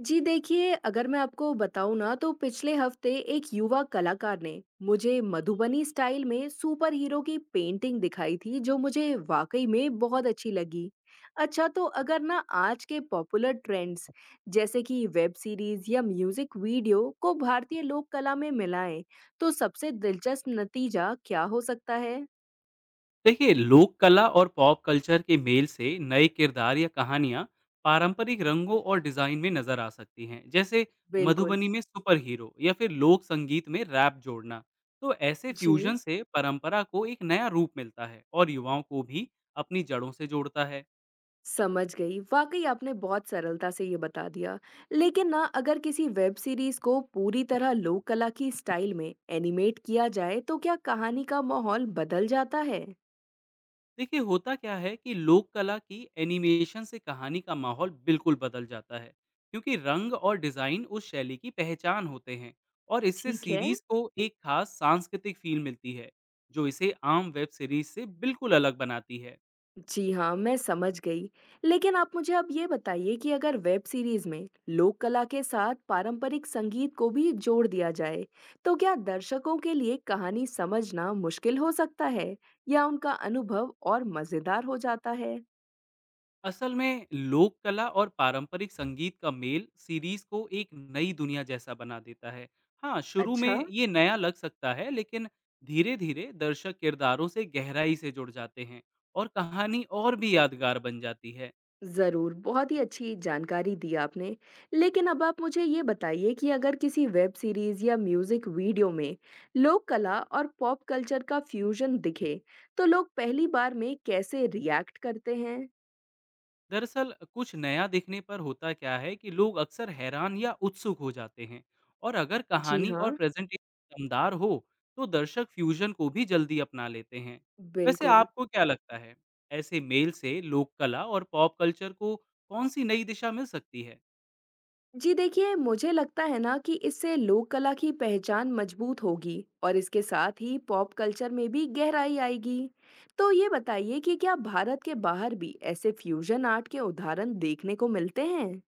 जी देखिए, अगर मैं आपको बताऊँ ना तो पिछले हफ्ते एक युवा कलाकार ने मुझे मधुबनी स्टाइल में सुपर हीरो की पेंटिंग दिखाई थी जो मुझे वाकई में बहुत अच्छी लगी। अच्छा तो अगर ना आज के पॉपुलर ट्रेंड्स जैसे कि वेब सीरीज या म्यूजिक वीडियो को भारतीय लोक कला में मिलाएं तो सबसे दिलचस्प नतीजा क्या हो सकता है? देखिए, लोक कला और पॉप कल्चर के मेल से नए किरदार या कहानियां पारंपरिक रंगों और डिजाइन में नजर आ सकती हैं। जैसे बिल्कुल। मधुबनी में सुपर हीरो या फिर लोक संगीत में रैप जोड़ना। तो ऐसे जी। फ्यूजन से परंपरा को एक नया रूप मिलता है और युवाओं को भी अपनी जड़ों से जोड़ता है। समझ गई। वाक़ई आपने बहुत सरलता से ये बता दिया। लेकिन ना अगर किसी वेब सीरीज़ को पूरी तरह लोक कला की स्टाइल में एनिमेट किया जाए तो क्या कहानी का माहौल बदल जाता है? देखिए, होता क्या है कि लोक कला की एनिमेशन से कहानी का माहौल बिल्कुल बदल जाता है, क्योंकि रंग और डिजाइन उस शैली की पहचान होते हैं और इससे ठीक है। सीरीज को एक खास सांस्कृतिक फील मिलती है जो इसे आम वेब सीरीज से बिल्कुल अलग बनाती है। जी हाँ, मैं समझ गई। लेकिन आप मुझे अब ये बताइए कि अगर वेब सीरीज़ में लोक कला के साथ पारंपरिक संगीत को भी जोड़ दिया जाए, तो क्या दर्शकों के लिए कहानी समझना मुश्किल हो सकता है या उनका अनुभव और मज़ेदार हो जाता है? असल में लोक कला और पारंपरिक संगीत का मेल सीरीज को एक नई दुनिया जैसा बना देता है। हाँ, शुरू अच्छा। में ये नया लग सकता है, लेकिन धीरे धीरे दर्शक किरदारों से गहराई से जुड़ जाते हैं और कहानी और भी यादगार बन जाती है। ज़रूर, बहुत ही अच्छी जानकारी दी आपने। लेकिन अब आप मुझे ये बताइए कि अगर किसी वेब सीरीज़ या म्यूज़िक वीडियो में लोक कला और पॉप कल्चर का फ्यूज़न दिखे, तो लोग पहली बार में कैसे रिएक्ट करते हैं? दरअसल कुछ नया दिखने पर होता क्या है कि लोग अक्सर हैरान या उत्सुक हो जाते हैं, और अगर जी कहानी हाँ, और प्रेजेंटेशन दमदार हो तो दर्शक फ्यूजन को भी जल्दी अपना लेते हैं। वैसे बिल्कुल। आपको क्या लगता है, ऐसे मेल से लोक कला और पॉप कल्चर को कौन सी नई दिशा मिल सकती है? जी देखिए, मुझे लगता है ना कि इससे लोक कला की पहचान मजबूत होगी और इसके साथ ही पॉप कल्चर में भी गहराई आएगी। तो ये बताइए कि क्या भारत के बाहर भी ऐसे फ्यूज़न आर्ट के उदाहरण देखने को मिलते हैं?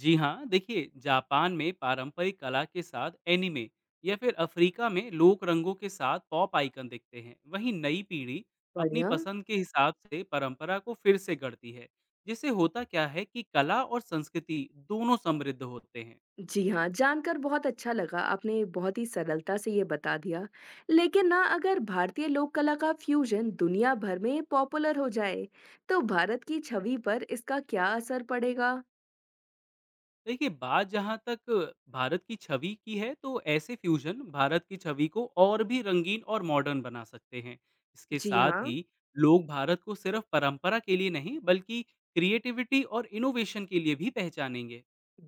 जी हाँ, देखिए जापान में पारंपरिक कला के साथ एनिमे या फिर अफ्रीका में लोक रंगों के साथ पॉप आइकन दिखते हैं। वहीं नई पीढ़ी अपनी बढ़िया। पसंद के हिसाब से परंपरा को फिर से गढ़ती है, जिससे होता क्या है कि कला और संस्कृति दोनों समृद्ध होते हैं। जी हाँ, जानकर बहुत अच्छा लगा। आपने बहुत ही सरलता से ये बता दिया। लेकिन ना अगर भारतीय लोक कला का फ्यूज़न दुनिया भर में पॉपुलर हो जाए, तो भारत की छवि पर इसका क्या असर पड़ेगा? देखिए, बात जहाँ तक भारत की छवि की है, तो ऐसे फ्यूजन भारत की छवि को और भी रंगीन और मॉडर्न बना सकते हैं। इसके जी साथ हाँ, ही लोग भारत को सिर्फ परंपरा के लिए नहीं बल्कि क्रिएटिविटी और इनोवेशन के लिए भी पहचानेंगे।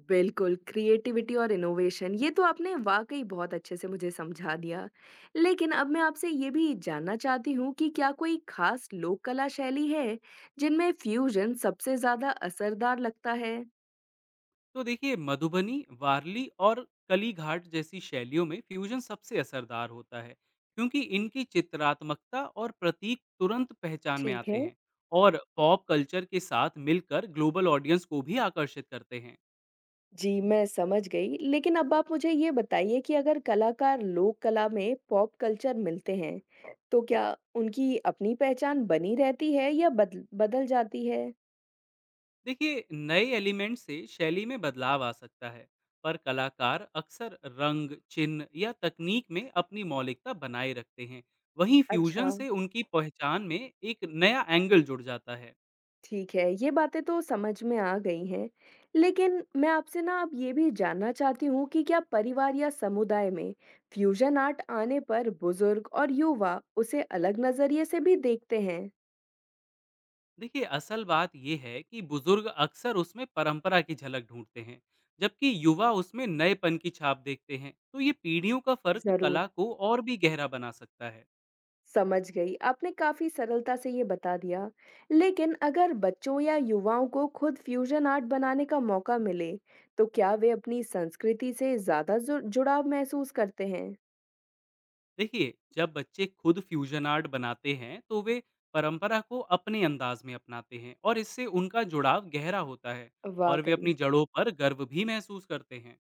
बिल्कुल, क्रिएटिविटी और इनोवेशन ये तो आपने वाक़ई बहुत अच्छे से मुझे समझा दिया। लेकिन अब मैं आपसे ये भी जानना चाहती हूँ कि क्या कोई ख़ास लोक कला शैली है, जिनमें फ्यूज़न सबसे ज़्यादा असरदार लगता है? तो देखिए, मधुबनी, वारली और कली घाट जैसी शैलियों में फ्यूजन सबसे असरदार होता है, क्योंकि इनकी चित्रात्मकता और प्रतीक तुरंत पहचान में ठीक आते है। हैं और पॉप कल्चर के साथ मिलकर ग्लोबल ऑडियंस को भी आकर्षित करते हैं। जी, मैं समझ गई। लेकिन अब आप मुझे ये बताइए कि अगर कलाकार लोक कला में पॉप कल्चर मिलते हैं, तो क्या उनकी अपनी पहचान बनी रहती है या बदल बदल जाती है? देखिए, नए एलिमेंट से शैली में बदलाव आ सकता है, पर कलाकार अक्सर रंग, चिन्ह या तकनीक में अपनी मौलिकता बनाए रखते हैं। वहीं अच्छा, फ्यूजन से उनकी पहचान में एक नया एंगल जुड़ जाता है। ठीक है, ये बातें तो समझ में आ गई हैं। लेकिन मैं आपसे ना अब ये भी जानना चाहती हूँ कि क्या परिवार या समुदाय में फ्यूजन आर्ट आने पर बुजुर्ग और युवा उसे अलग नज़रिए से भी देखते हैं? देखिए, असल बात यह है कि बुजुर्ग अक्सर उसमें परंपरा की झलक ढूंढते हैं, जबकि युवा उसमें नएपन की छाप देखते हैं। तो ये पीढ़ियों का फर्क जरूर। कला को और भी गहरा बना सकता है। समझ गई, आपने काफी सरलता से ये बता दिया। लेकिन अगर बच्चों या युवाओं को खुद फ्यूजन आर्ट बनाने का मौका मिले तो क्या वे अपनी संस्कृति से ज्यादा जुड़ाव महसूस करते हैं? देखिए, जब बच्चे खुद फ्यूजन आर्ट बनाते हैं तो वे परंपरा को अपने अंदाज में अपनाते हैं, और इससे उनका जुड़ाव गहरा होता है और वे वाकई। अपनी जड़ों पर गर्व भी महसूस करते हैं।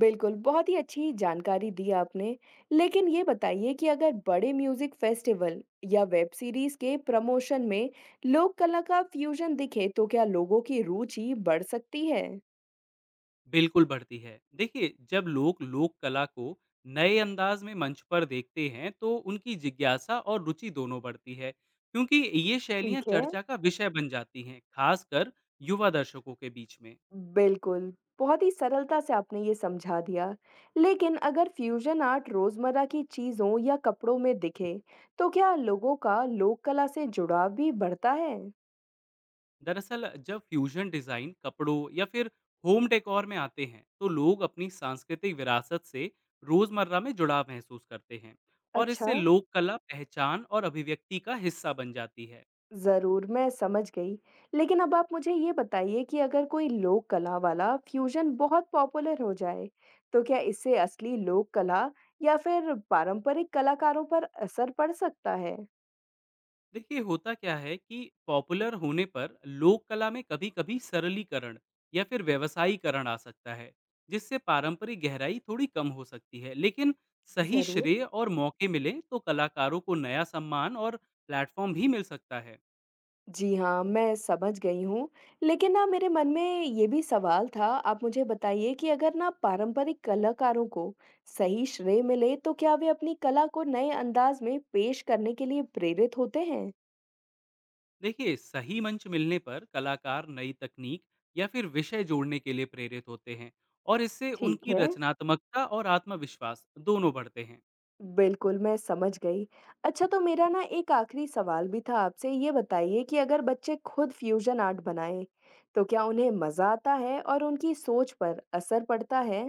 बिल्कुल, बहुत ही अच्छी जानकारी दी आपने। लेकिन ये बताइए कि अगर बड़े म्यूजिक फेस्टिवल या वेब सीरीज के प्रमोशन में लोक कला का फ्यूजन दिखे तो क्या लोगों की रुचि बढ़ सकती है? बिल्कुल बढ़ती है। देखिए, जब लोग लोक कला को नए अंदाज में मंच पर देखते हैं तो उनकी जिज्ञासा और रुचि दोनों बढ़ती है, क्योंकि ये शैलियां ठीक है। चर्चा का विषय बन जाती हैं, खासकर युवा दर्शकों के बीच में। बिल्कुल, बहुत ही सरलता से आपने ये समझा दिया। लेकिन अगर फ्यूज़न आर्ट रोज़मर्रा की चीज़ों या कपड़ों में दिखे, तो क्या लोगों का लोक कला से जुड़ाव भी बढ़ता है? दरअसल जब फ्यूजन डिज़ाइन कपड़ों या फिर होम डेकोर में आते हैं, तो लोग अपनी सांस्कृतिक विरासत से रोज़मर्रा में जुड़ाव महसूस करते हैं और अच्छा, इससे लोक कला पहचान और अभिव्यक्ति का हिस्सा बन जाती है। ज़रूर, मैं समझ गई। लेकिन अब आप मुझे ये बताइए कि अगर कोई लोक कला वाला फ्यूज़न बहुत पॉपुलर हो जाए, तो क्या इससे असली लोक कला या फिर पारंपरिक कलाकारों पर असर पड़ सकता है? देखिए, होता क्या है कि पॉपुलर होने पर लोक कला में कभी कभी सरलीकरण या फिर व्यवसायीकरण आ सकता है, जिससे पारंपरिक गहराई थोड़ी कम हो सकती है। लेकिन सही ज़रूर। श्रेय और मौके मिले तो कलाकारों को नया सम्मान और प्लेटफॉर्म भी मिल सकता है। जी हाँ, मैं समझ गई हूँ। लेकिन ना मेरे मन में ये भी सवाल था, आप मुझे बताइए कि अगर ना पारंपरिक कलाकारों को सही श्रेय मिले, तो क्या वे अपनी कला को नए अंदाज में पेश करने के लिए प्रेरित होते हैं? देखिए, सही मंच मिलने पर कलाकार नई तकनीक या फिर विषय जोड़ने के लिए प्रेरित होते हैं, और इससे ठीक उनकी है, रचनात्मकता और आत्मविश्वास दोनों बढ़ते हैं। बिल्कुल मैं समझ गई। अच्छा, तो मेरा ना एक आखिरी सवाल भी था आपसे, ये बताइए कि अगर बच्चे खुद फ्यूजन आर्ट बनाएँ, तो क्या उन्हें मज़ा आता है और उनकी सोच पर असर पड़ता है?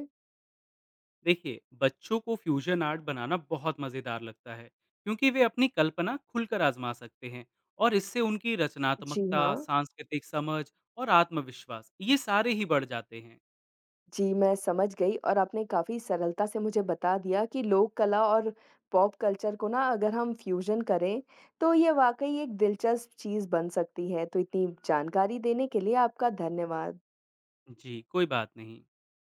देखिए, बच्चों को फ्यूजन आर्ट बनाना बहुत मज़ेदार लगता है, क्योंकि वे अपनी कल्पना खुलकर आजमा सकते हैं। और इससे उनकी जी रचनात्मकता, हाँ। सांस्कृतिक समझ और आत्मविश्वास ये सारे ही बढ़ जाते हैं। जी, मैं समझ गई और आपने काफ़ी सरलता से मुझे बता दिया कि लोक कला और पॉप कल्चर को ना अगर हम फ्यूज़न करें, तो ये वाक़ई एक दिलचस्प चीज़ बन सकती है। तो इतनी जानकारी देने के लिए आपका धन्यवाद। जी कोई बात नहीं।